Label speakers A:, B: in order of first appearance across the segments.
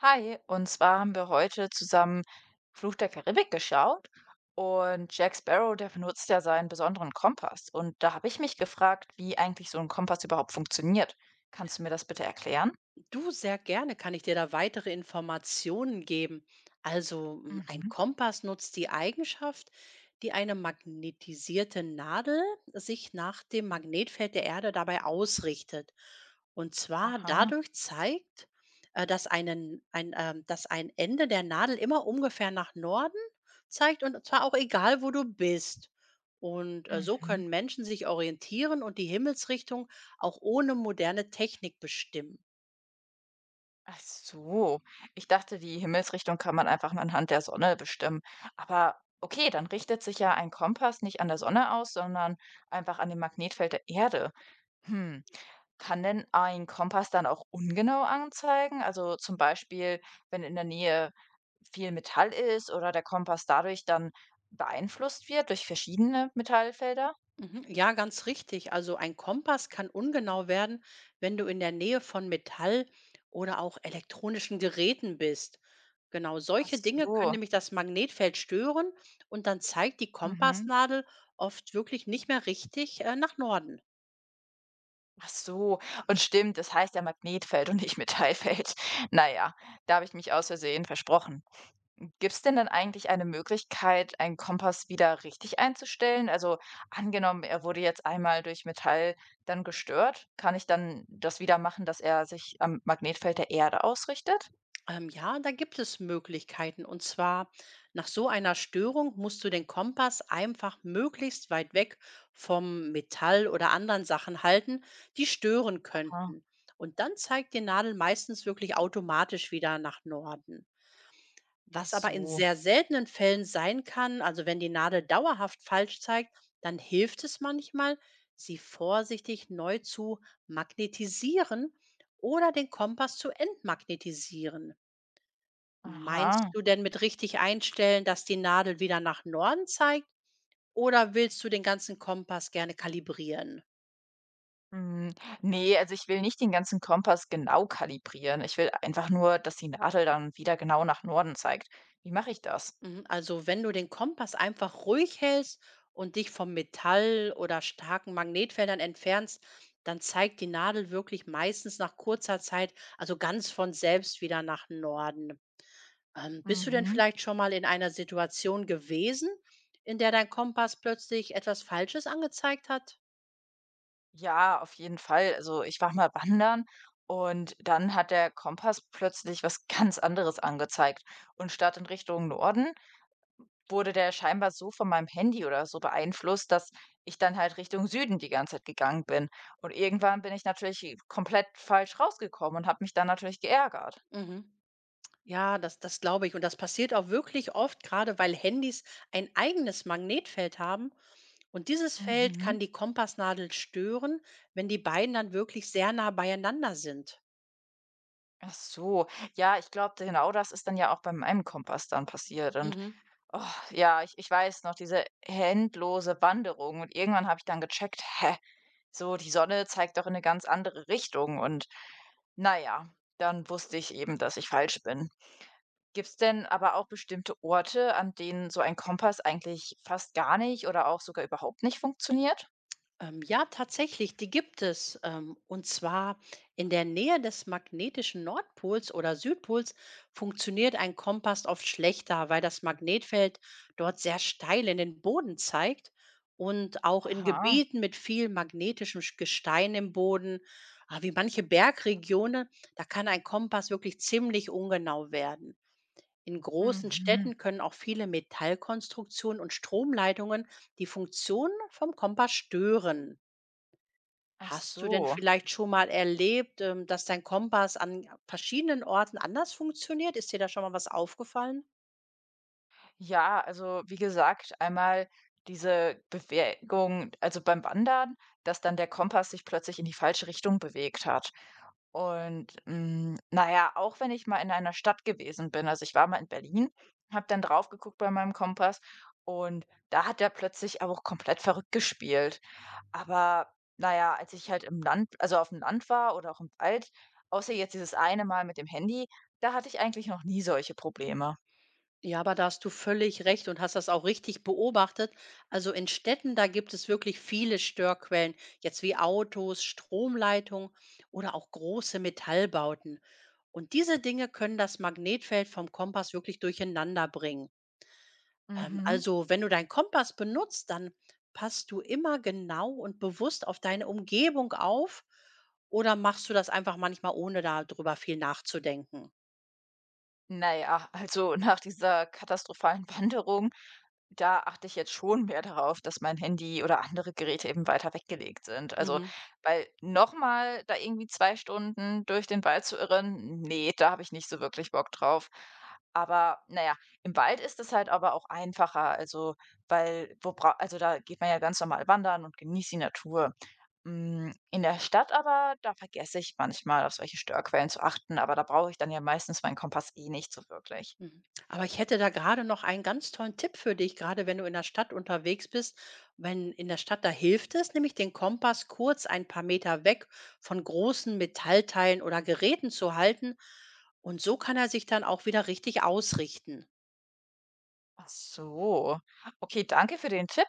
A: Hi, und zwar haben wir heute zusammen Fluch der Karibik geschaut und Jack Sparrow, der benutzt ja seinen besonderen Kompass. Und da habe ich mich gefragt, wie eigentlich so ein Kompass überhaupt funktioniert. Kannst du mir das bitte erklären?
B: Du, sehr gerne kann ich dir da weitere Informationen geben. Also ein
A: Mhm.
B: Kompass nutzt die Eigenschaft, die eine magnetisierte Nadel sich nach dem Magnetfeld der Erde dabei ausrichtet. Und zwar
A: Aha.
B: dadurch zeigt, dass ein Ende der Nadel immer ungefähr nach Norden zeigt und zwar auch egal, wo du bist. Und so
A: Mhm.
B: können Menschen sich orientieren und die Himmelsrichtung auch ohne moderne Technik bestimmen.
A: Ach so. Ich dachte, die Himmelsrichtung kann man einfach nur anhand der Sonne bestimmen. Aber okay, dann richtet sich ja ein Kompass nicht an der Sonne aus, sondern einfach an dem Magnetfeld der Erde. Hm. Kann denn ein Kompass dann auch ungenau anzeigen? Also zum Beispiel, wenn in der Nähe viel Metall ist oder der Kompass dadurch dann beeinflusst wird durch verschiedene Metallfelder?
B: Mhm. Ja, ganz richtig. Also ein Kompass kann ungenau werden, wenn du in der Nähe von Metall oder auch elektronischen Geräten bist. Genau
A: Ach
B: solche Dinge können
A: so.
B: nämlich das Magnetfeld stören und dann zeigt die
A: Mhm.
B: Kompassnadel oft wirklich nicht mehr richtig nach Norden.
A: Ach so. Und stimmt, das heißt ja Magnetfeld und nicht Metallfeld. Naja, da habe ich mich aus Versehen versprochen. Gibt es denn dann eigentlich eine Möglichkeit, einen Kompass wieder richtig einzustellen? Also angenommen, er wurde jetzt einmal durch Metall dann gestört, kann ich dann das wieder machen, dass er sich am Magnetfeld der Erde ausrichtet?
B: Ja, da gibt es Möglichkeiten. Und zwar, nach so einer Störung musst du den Kompass einfach möglichst weit weg vom Metall oder anderen Sachen halten, die stören
A: Aha,
B: könnten. Und dann zeigt die Nadel meistens wirklich automatisch wieder nach Norden.
A: ach
B: Was aber in
A: so.
B: sehr seltenen Fällen sein kann, also wenn die Nadel dauerhaft falsch zeigt, dann hilft es manchmal, sie vorsichtig neu zu magnetisieren oder den Kompass zu entmagnetisieren. Meinst
A: Aha.
B: du denn mit richtig einstellen, dass die Nadel wieder nach Norden zeigt, oder willst du den ganzen Kompass gerne kalibrieren?
A: Hm, ne, also ich will nicht den ganzen Kompass genau kalibrieren. Ich will einfach nur, dass die Nadel dann wieder genau nach Norden zeigt. Wie mache ich das?
B: Mhm, also, wenn du den Kompass einfach ruhig hältst und dich vom Metall oder starken Magnetfeldern entfernst, dann zeigt die Nadel wirklich meistens nach kurzer Zeit, also ganz von selbst wieder nach Norden. Bist du denn
A: Mhm.
B: vielleicht schon mal in einer Situation gewesen, in der dein Kompass plötzlich etwas Falsches angezeigt hat?
A: Ja, auf jeden Fall. Also, ich war mal wandern und dann hat der Kompass plötzlich was ganz anderes angezeigt. Und statt in Richtung Norden wurde der scheinbar so von meinem Handy oder so beeinflusst, dass ich dann halt Richtung Süden die ganze Zeit gegangen bin. Und irgendwann bin ich natürlich komplett falsch rausgekommen und habe mich dann natürlich geärgert.
B: Mhm. Ja, das glaube ich. Und das passiert auch wirklich oft, gerade weil Handys ein eigenes Magnetfeld haben. Und dieses Feld kann
A: Mhm.
B: die Kompassnadel stören, wenn die beiden dann wirklich sehr nah beieinander sind.
A: Ach so, ja, ich glaube, genau das ist dann ja auch bei meinem Kompass dann passiert. Und
B: Mhm.
A: oh, ja, ich weiß noch, diese endlose Wanderung und irgendwann habe ich dann gecheckt: „Hä, so die Sonne zeigt doch in eine ganz andere Richtung“, und naja, dann wusste ich eben, dass ich falsch bin. Gibt's denn aber auch bestimmte Orte, an denen so ein Kompass eigentlich fast gar nicht oder auch sogar überhaupt nicht funktioniert?
B: Ja, tatsächlich, die gibt es. Und zwar in der Nähe des magnetischen Nordpols oder Südpols funktioniert ein Kompass oft schlechter, weil das Magnetfeld dort sehr steil in den Boden zeigt. Und auch in
A: Aha,
B: Gebieten mit viel magnetischem Gestein im Boden, ah, wie manche Bergregionen, da kann ein Kompass wirklich ziemlich ungenau werden. In großen
A: mhm.
B: Städten können auch viele Metallkonstruktionen und Stromleitungen die Funktion vom Kompass stören.
A: Ach
B: Hast du denn
A: so.
B: vielleicht schon mal erlebt, dass dein Kompass an verschiedenen Orten anders funktioniert? Ist dir da schon mal was aufgefallen?
A: Ja, also wie gesagt, einmal diese Bewegung, also beim Wandern, dass dann der Kompass sich plötzlich in die falsche Richtung bewegt hat. Und mm, naja, auch wenn ich mal in einer Stadt gewesen bin, also ich war mal in Berlin, habe dann drauf geguckt bei meinem Kompass und da hat er plötzlich aber auch komplett verrückt gespielt. Aber naja, als ich halt im Land, also auf dem Land war oder auch im Wald, außer jetzt dieses eine Mal mit dem Handy, da hatte ich eigentlich noch nie solche Probleme.
B: Ja, aber da hast du völlig recht und hast das auch richtig beobachtet. Also in Städten, da gibt es wirklich viele Störquellen, jetzt wie Autos, Stromleitungen oder auch große Metallbauten. Und diese Dinge können das Magnetfeld vom Kompass wirklich durcheinander bringen.
A: Mhm.
B: Also, wenn du deinen Kompass benutzt, dann passt du immer genau und bewusst auf deine Umgebung auf, oder machst du das einfach manchmal, ohne darüber viel nachzudenken?
A: Na ja, also nach dieser katastrophalen Wanderung, da achte ich jetzt schon mehr darauf, dass mein Handy oder andere Geräte eben weiter weggelegt sind. Also,
B: Mhm.
A: weil noch mal da irgendwie 2 Stunden durch den Wald zu irren, nee, da habe ich nicht so wirklich Bock drauf. Aber na ja, im Wald ist es halt aber auch einfacher, also, weil wo bra also, da geht man ja ganz normal wandern und genießt die Natur. Hm, in der Stadt aber, da vergesse ich manchmal, auf solche Störquellen zu achten, aber da brauche ich dann ja meistens meinen Kompass eh nicht so wirklich.
B: Mhm. Aber ich hätte da gerade noch einen ganz tollen Tipp für dich, gerade wenn du in der Stadt unterwegs bist. Wenn in der Stadt, da hilft es, nämlich den Kompass kurz ein paar Meter weg von großen Metallteilen oder Geräten zu halten. Und so kann er sich dann auch wieder richtig ausrichten.
A: Ach so. Okay, danke für den Tipp.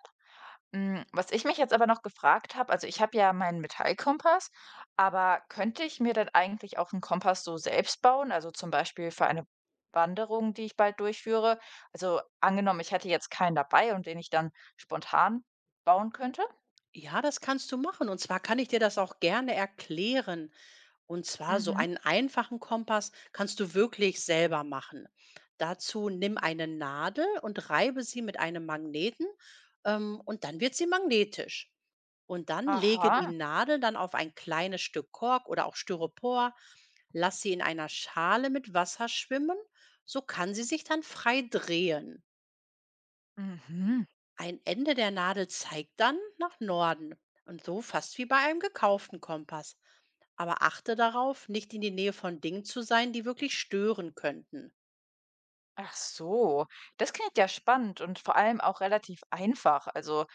A: Hm, was ich mich jetzt aber noch gefragt habe, also ich habe ja meinen Metallkompass, aber könnte ich mir dann eigentlich auch einen Kompass so selbst bauen? Also, zum Beispiel für eine Wanderung, die ich bald durchführe? Also, angenommen, ich hätte jetzt keinen dabei und den ich dann spontan bauen könnte?
B: Ja, das kannst du machen. Und zwar kann ich dir das auch gerne erklären. Und zwar so
A: Mhm.
B: einen einfachen Kompass kannst du wirklich selber machen. Dazu nimm eine Nadel und reibe sie mit einem Magneten, und dann wird sie magnetisch. Und dann lege die
A: Aha.
B: Nadel dann auf ein kleines Stück Kork oder auch Styropor, lass sie in einer Schale mit Wasser schwimmen, so kann sie sich dann frei drehen.
A: Mhm.
B: Ein Ende der Nadel zeigt dann nach Norden und so fast wie bei einem gekauften Kompass. Aber achte darauf, nicht in die Nähe von Dingen zu sein, die wirklich stören könnten.
A: Ach so, das klingt ja spannend und vor allem auch relativ einfach. Also,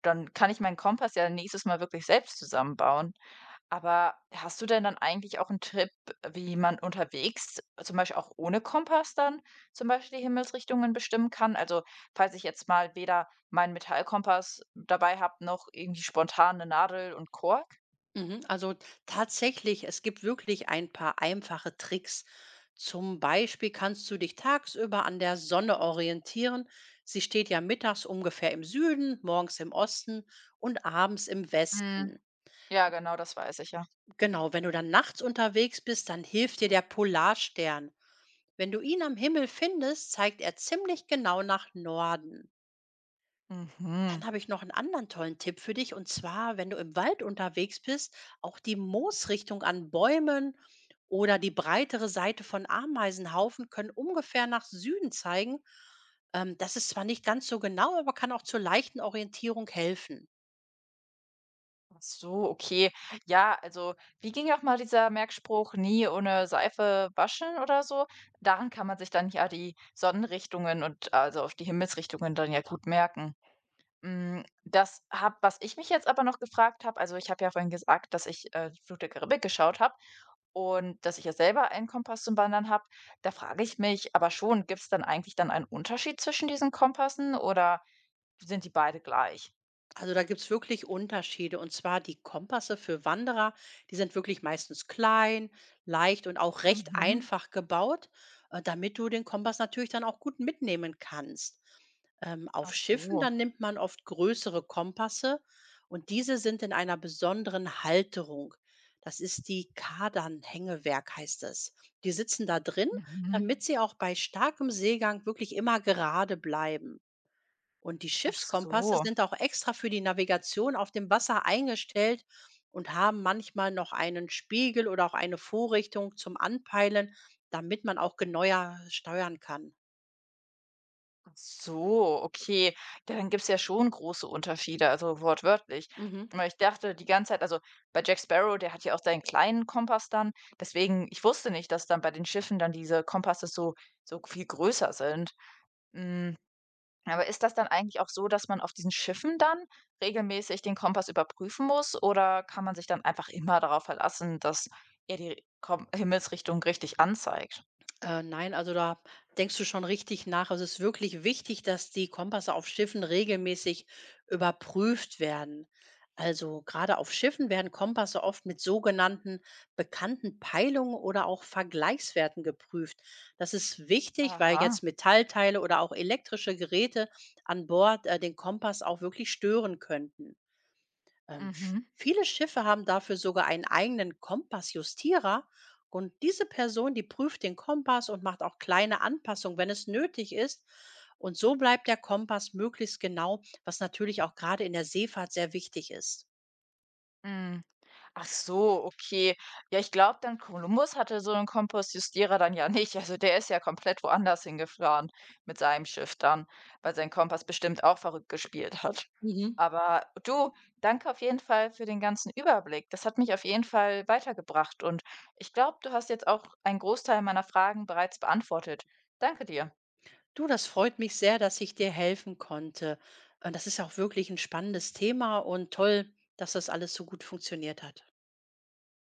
A: dann kann ich meinen Kompass ja nächstes Mal wirklich selbst zusammenbauen. Aber hast du denn dann eigentlich auch einen Tipp, wie man unterwegs, zum Beispiel auch ohne Kompass dann zum Beispiel die Himmelsrichtungen bestimmen kann? Also, falls ich jetzt mal weder meinen Metallkompass dabei habe, noch irgendwie spontan eine Nadel und Kork?
B: Mhm, also tatsächlich, es gibt wirklich ein paar einfache Tricks. Zum Beispiel kannst du dich tagsüber an der Sonne orientieren. Sie steht ja mittags ungefähr im Süden, morgens im Osten und abends im
A: Hm,
B: Westen.
A: ja, genau, das weiß ich ja.
B: Genau, wenn du dann nachts unterwegs bist, dann hilft dir der Polarstern. Wenn du ihn am Himmel findest, zeigt er ziemlich genau nach Norden.
A: Mhm.
B: Dann habe ich noch einen anderen tollen Tipp für dich. Und zwar, wenn du im Wald unterwegs bist, auch die Moosrichtung an Bäumen oder die breitere Seite von Ameisenhaufen können ungefähr nach Süden zeigen. Das ist zwar nicht ganz so genau, aber kann auch zur leichten Orientierung helfen.
A: Ach so, okay. Ja, also, wie ging auch mal dieser Merkspruch: „Nie ohne Seife waschen“ oder so? Daran kann man sich dann ja die Sonnenrichtungen und also, auf die Himmelsrichtungen dann ja gut merken. Hm, das hab was ich mich jetzt aber noch gefragt habe, also, ich habe ja vorhin gesagt, dass ich Fluch der Karibik geschaut habe und dass ich ja selber einen Kompass zum Wandern habe. Da frage ich mich aber schon, gibt es dann eigentlich dann einen Unterschied zwischen diesen Kompassen oder sind die beide gleich?
B: Also da gibt's wirklich Unterschiede. Und zwar die Kompasse für Wanderer, die sind wirklich meistens klein, leicht und auch recht
A: Mhm.
B: einfach gebaut, damit du den Kompass natürlich dann auch gut mitnehmen kannst. Auf
A: Ach
B: Schiffen,
A: so.
B: dann nimmt man oft größere Kompasse, und diese sind in einer besonderen Halterung. Das ist die Kadernhängewerk, heißt es. Die sitzen da drin,
A: Mhm.
B: damit sie auch bei starkem Seegang wirklich immer gerade bleiben. Und die
A: Ach
B: Schiffskompasse
A: so,
B: sind auch extra für die Navigation auf dem Wasser eingestellt und haben manchmal noch einen Spiegel oder auch eine Vorrichtung zum Anpeilen, damit man auch genauer steuern kann.
A: ach so, okay. Ja, dann gibt's ja schon große Unterschiede, also wortwörtlich.
B: Mhm.
A: Weil ich dachte die ganze Zeit, also, bei Jack Sparrow, der hat ja auch seinen kleinen Kompass dann, deswegen ich wusste nicht, dass dann bei den Schiffen dann diese Kompasse so so viel größer sind. Hm, aber ist das dann eigentlich auch so, dass man auf diesen Schiffen dann regelmäßig den Kompass überprüfen muss oder kann man sich dann einfach immer darauf verlassen, dass er die Kom Himmelsrichtung richtig anzeigt?
B: Nein, also da denkst du schon richtig nach. Also es ist wirklich wichtig, dass die Kompasse auf Schiffen regelmäßig überprüft werden. Also gerade auf Schiffen werden Kompasse oft mit sogenannten bekannten Peilungen oder auch Vergleichswerten geprüft. Das ist wichtig, weil
A: Aha,
B: jetzt Metallteile oder auch elektrische Geräte an Bord den Kompass auch wirklich stören könnten.
A: mhm,
B: Viele Schiffe haben dafür sogar einen eigenen Kompassjustierer. Und diese Person, die prüft den Kompass und macht auch kleine Anpassungen, wenn es nötig ist. Und so bleibt der Kompass möglichst genau, was natürlich auch gerade in der Seefahrt sehr wichtig ist.
A: mhm. Ach so, okay. Ja, ich glaube dann, Kolumbus hatte so 'nen justierer dann ja nicht. Also, der ist ja komplett woanders hingefahren mit seinem Schiff dann, weil sein Kompass bestimmt auch verrückt gespielt hat.
B: Mhm.
A: Aber du, danke auf jeden Fall für den ganzen Überblick. Das hat mich auf jeden Fall weitergebracht und ich glaube, du hast jetzt auch einen Großteil meiner Fragen bereits beantwortet. Danke dir.
B: Du, das freut mich sehr, dass ich dir helfen konnte. Das ist auch wirklich ein spannendes Thema und toll, dass das alles so gut funktioniert hat.